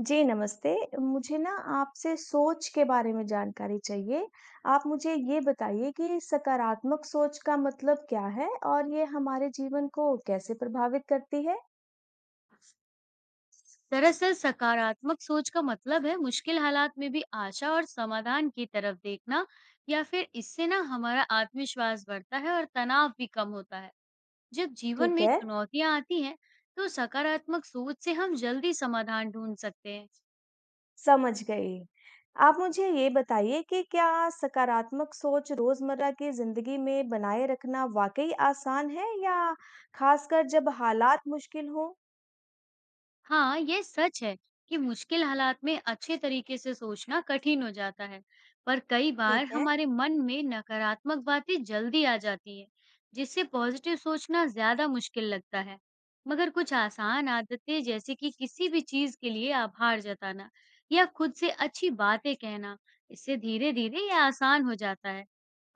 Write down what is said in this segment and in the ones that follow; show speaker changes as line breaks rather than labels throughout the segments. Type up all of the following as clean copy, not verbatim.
जी, नमस्ते। मुझे आपसे सोच के बारे में जानकारी चाहिए। आप मुझे ये बताइए कि सकारात्मक सोच का मतलब क्या है और ये हमारे जीवन को कैसे प्रभावित करती है?
दरअसल सकारात्मक सोच का मतलब है मुश्किल हालात में भी आशा और समाधान की तरफ देखना या फिर इससे ना हमारा आत्मविश्वास बढ़ता है और तनाव भी कम होता है जब जीवन
ठीक
में
है,
चुनौतियां आती हैं, तो सकारात्मक सोच से हम जल्दी समाधान ढूंढ सकते हैं।
समझ गई। आप मुझे ये बताइए कि क्या सकारात्मक सोच रोज़मर्रा की ज़िंदगी में बनाए रखना वाक़ई आसान है या ख़ासकर जब हालात मुश्किल हों?
हाँ, ये सच है कि मुश्किल हालात में अच्छे तरीके से सोचना कठिन हो जाता है, पर कई बार
ठीक है।
हमारे मन में नकारात्मक बातें जल्दी आ जाती है, जिससे पॉजिटिव सोचना ज्यादा मुश्किल लगता है। मगर कुछ आसान आदतें, जैसे कि किसी भी चीज के लिए आभार जताना या खुद से अच्छी बातें कहना, इससे धीरे-धीरे ये आसान हो जाता है।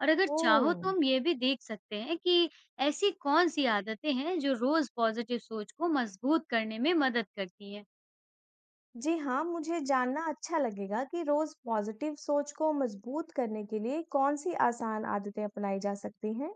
और अगर चाहो
ओह!
तो हम ये भी देख सकते हैं कि ऐसी कौन-सी आदतें हैं जो रोज़ पॉज़िटिव सोच को मज़बूत करने में मदद करती हैं?
जी हाँ, मुझे जानना अच्छा लगेगा कि रोज पॉजिटिव सोच को मजबूत करने के लिए कौन सी आसान आदतें अपनाई जा सकती हैं?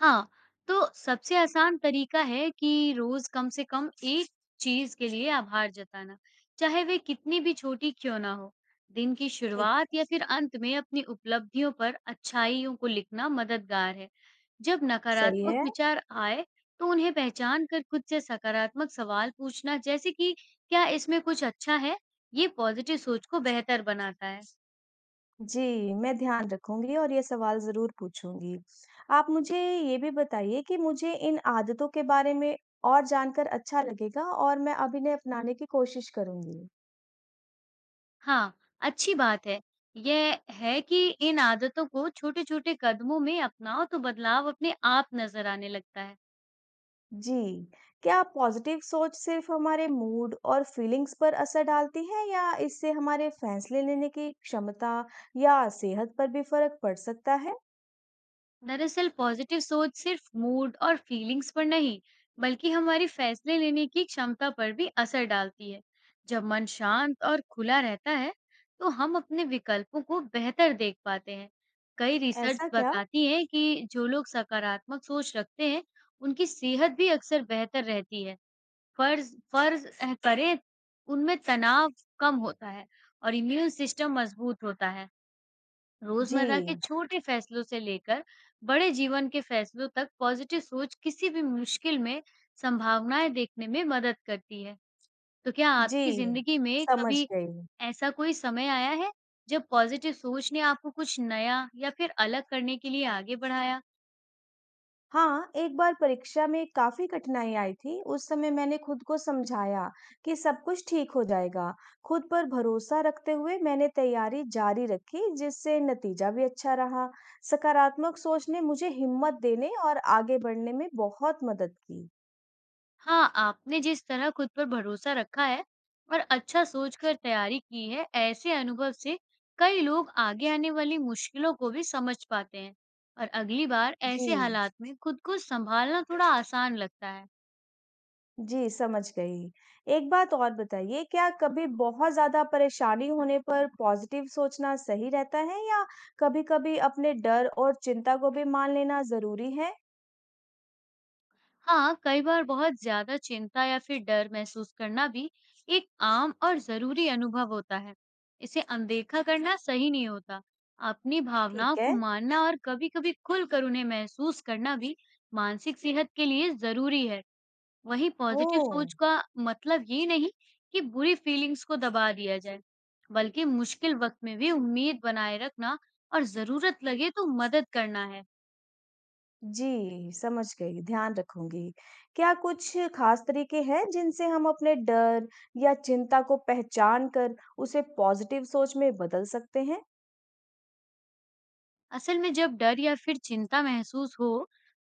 हाँ, तो सबसे आसान तरीका है कि रोज़ कम से कम एक चीज़ के लिए आभार जताना, चाहे वे कितनी भी छोटी क्यों ना हो। दिन की
ठीक।
शुरुआत या फिर अंत में अपनी उपलब्धियों पर अच्छाइयों को लिखना मददगार है। जब
सही
नकारात्मक
है।
विचार आए, तो उन्हें पहचान कर खुद से सकारात्मक सवाल पूछना, जैसे कि क्या इसमें कुछ अच्छा है? ये पॉजिटिव सोच को बेहतर बनाता है।
जी, मैं ध्यान रखूंगी और ये सवाल जरूर पूछूंगी। आप मुझे ये भी बताइए कि मुझे इन आदतों के बारे में और जानकर अच्छा लगेगा और मैं अब इन्हें अपनाने की कोशिश करूंगी।
हाँ, अच्छी बात है। यह है कि इन आदतों को छोटे-छोटे कदमों में अपनाओ, तो बदलाव अपने आप नज़र आने लगता है।
जी, क्या पॉज़िटिव सोच सिर्फ़ हमारे मूड और फ़ीलिंग्स पर असर डालती है या इससे हमारे फ़ैसले लेने की क्षमता या सेहत पर भी फ़र्क पड़ सकता है?
दरअसल पॉजिटिव सोच सिर्फ मूड और फीलिंग्स पर नहीं, बल्कि हमारी फैसले लेने की क्षमता पर भी असर डालती है। जब मन शांत और खुला रहता है, तो हम अपने विकल्पों को बेहतर देख पाते हैं। कई रिसर्च
ऐसा क्या?
बताती है कि जो लोग सकारात्मक सोच रखते हैं, उनकी सेहत भी अक्सर बेहतर रहती है। फ़र्ज़ फ़र्ज़ अह, करें, उनमें तनाव कम होता है और इम्यून सिस्टम मज़बूत होता है। रोज़मर्रा के
जी।
छोटे फ़ैसलों से लेकर बड़े जीवन के फ़ैसलों तक पॉज़िटिव सोच किसी भी मुश्किल में संभावनाएँ देखने में मदद करती है। तो क्या आपकी
जी,
ज़िंदगी में
समझ
कभी
गई।
ऐसा कोई समय आया है, जब पॉज़िटिव सोच ने आपको कुछ नया या फिर अलग करने के लिए आगे बढ़ाया?
हाँ, एक बार परीक्षा में काफ़ी कठिनाई आई थी। उस समय मैंने खुद को समझाया कि सब कुछ ठीक हो जाएगा। खुद पर भरोसा रखते हुए मैंने तैयारी जारी रखी, जिससे नतीजा भी अच्छा रहा। सकारात्मक सोच ने मुझे हिम्मत देने और आगे बढ़ने में बहुत मदद की।
हाँ, आपने जिस तरह खुद पर भरोसा रखा है और अच्छा सोचकर तैयारी की है, ऐसे अनुभव से कई लोग आगे आने वाली मुश्किलों को भी समझ पाते हैं और अगली बार ऐसे
जी।
हालात में खुद को संभालना थोड़ा आसान लगता है।
जी, समझ गई। एक बात और बताइए, क्या कभी बहुत ज़्यादा परेशानी होने पर पॉज़िटिव सोचना सही रहता है या कभी-कभी अपने डर और चिंता को भी मान लेना ज़रूरी है?
हाँ, कई बार बहुत ज़्यादा चिंता या फिर डर महसूस करना भी एक आम और ज़रूरी अनुभव होता है। इसे अनदेखा करना सही नहीं होता। अपनी भावनाओं
ठीक है।
को मानना और कभी-कभी खुलकर उन्हें महसूस करना भी मानसिक सेहत के लिए ज़रूरी है। वहीं पॉजिटिव
ओह!
सोच का मतलब ये नहीं कि बुरी फीलिंग्स को दबा दिया जाए, बल्कि मुश्किल वक़्त में भी उम्मीद बनाए रखना और ज़रूरत लगे तो मदद करना है।
जी, समझ गई, ध्यान रखूँगी। क्या कुछ ख़ास तरीके हैं जिनसे हम अपने डर या चिंता को पहचान कर उसे पॉज़िटिव सोच में बदल सकते हैं?
असल में जब डर या फिर चिंता महसूस हो,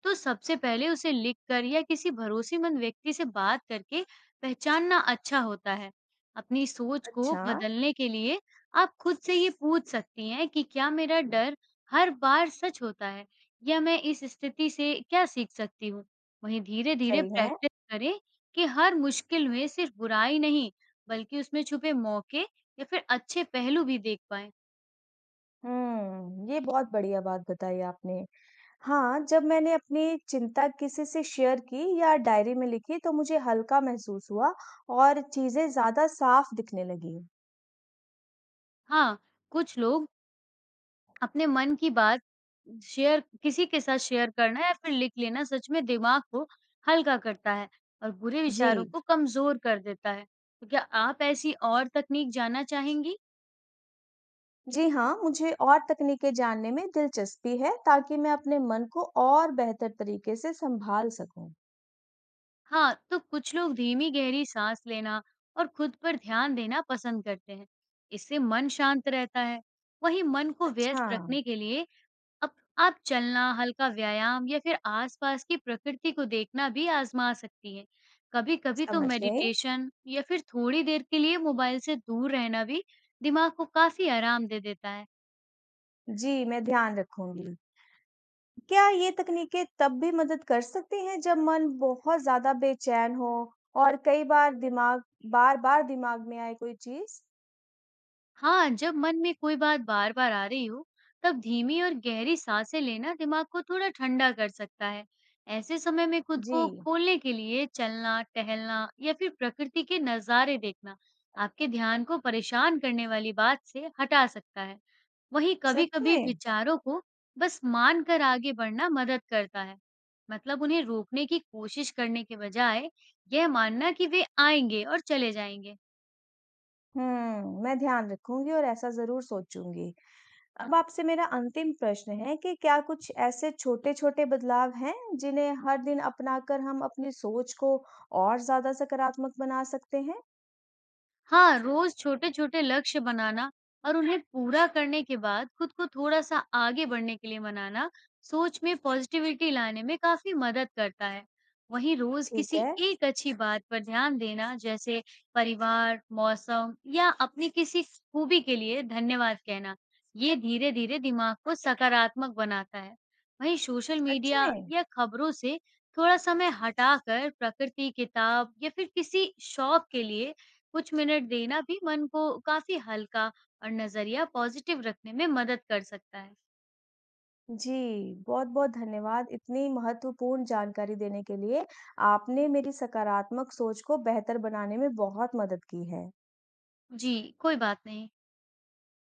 तो सबसे पहले उसे लिखकर या किसी भरोसेमंद व्यक्ति से बात करके पहचानना अच्छा होता है। अपनी सोच को
अच्छा।
बदलने के लिए आप खुद से ये पूछ सकती हैं कि क्या मेरा डर हर बार सच होता है, या मैं इस स्थिति से क्या सीख सकती हूँ। वहीं धीरे-धीरे
सही है।
प्रैक्टिस करें कि हर मुश्किल में सिर्फ बुराई नहीं, बल्कि उसमें छुपे मौके या फिर अच्छे पहलू भी देख पाएं।
हुँ, ये बहुत बढ़िया बात बताई आपने। हाँ, जब मैंने अपनी चिंता किसी से शेयर की या डायरी में लिखी तो मुझे हल्का महसूस हुआ और चीज़ें ज़्यादा साफ़ दिखने लगीं।
हाँ, कुछ लोग अपने मन की बात शेयर किसी के साथ शेयर करना या फिर लिख लेना, सच में दिमाग को हल्का करता है और बुरे
जी।
विचारों को कमज़ोर कर देता है। तो क्या आप ऐसी और तकनीक जानना चाहेंगी?
जी हाँ, मुझे और तकनीकें जानने में दिलचस्पी है ताकि मैं अपने मन को और बेहतर तरीके से संभाल सकूं।
हाँ, तो कुछ लोग धीमी गहरी साँस लेना और खुद पर ध्यान देना पसंद करते हैं। इससे मन शांत रहता है। वहीं मन को
अच्छा।
व्यस्त रखने के लिए अब आप चलना, हल्का व्यायाम या फिर आसपास की प्रकृति को देखना भी आजमा सकती हैं। कभी-कभी तो
समझ गई।
मेडिटेशन या फिर थोड़ी देर के लिए मोबाइल से दूर रहना भी दिमाग को काफ़ी आराम दे देता है।
जी, मैं ध्यान रखूंगी। क्या ये तकनीकें तब भी मदद कर सकती हैं जब मन बहुत ज्यादा बेचैन हो और कई बार दिमाग बार-बार दिमाग में आए कोई चीज?
हाँ, जब मन में कोई बात बार-बार आ रही हो, तब धीमी और गहरी साँसें लेना दिमाग को थोड़ा ठंडा कर सकता है। ऐसे समय में खुद को
जी।
खोलने के लिए चलना, टहलना या फिर प्रकृति के नज़ारे देखना, आपके ध्यान को परेशान करने वाली बात से हटा सकता है। वहीं
सच
कभी-कभी
में?
विचारों को बस मानकर आगे बढ़ना मदद करता है। मतलब उन्हें रोकने की कोशिश करने के बजाय यह मानना कि वे आएंगे और चले जाएंगे।
मैं ध्यान रखूंगी और ऐसा जरूर सोचूंगी। अब आपसे मेरा अंतिम प्रश्न है कि क्या कुछ ऐसे छोटे-छोटे बदलाव हैं जिन्हें हर दिन अपनाकर हम अपनी सोच को और ज़्यादा सकारात्मक बना सकते हैं?
हाँ, रोज़ छोटे-छोटे लक्ष्य बनाना और उन्हें पूरा करने के बाद खुद को थोड़ा-सा आगे बढ़ने के लिए मनाना, सोच में पॉज़िटिविटी लाने में काफ़ी मदद करता है। वहीं रोज़
ठीक
किसी
है।
एक अच्छी बात पर ध्यान देना, जैसे परिवार, मौसम या अपनी किसी खूबी के लिए धन्यवाद कहना, ये धीरे-धीरे दिमाग को सकारात्मक बनाता है। वहीं सोशल
सच
मीडिया
में?
या खबरों से थोड़ा समय हटाकर प्रकृति, किताब या फिर किसी शौक के लिए कुछ मिनट देना भी मन को काफ़ी हल्का और नज़रिया पॉज़िटिव रखने में मदद कर सकता है।
जी, बहुत-बहुत धन्यवाद इतनी महत्वपूर्ण जानकारी देने के लिए। आपने मेरी सकारात्मक सोच को बेहतर बनाने में बहुत मदद की है।
जी, कोई बात नहीं।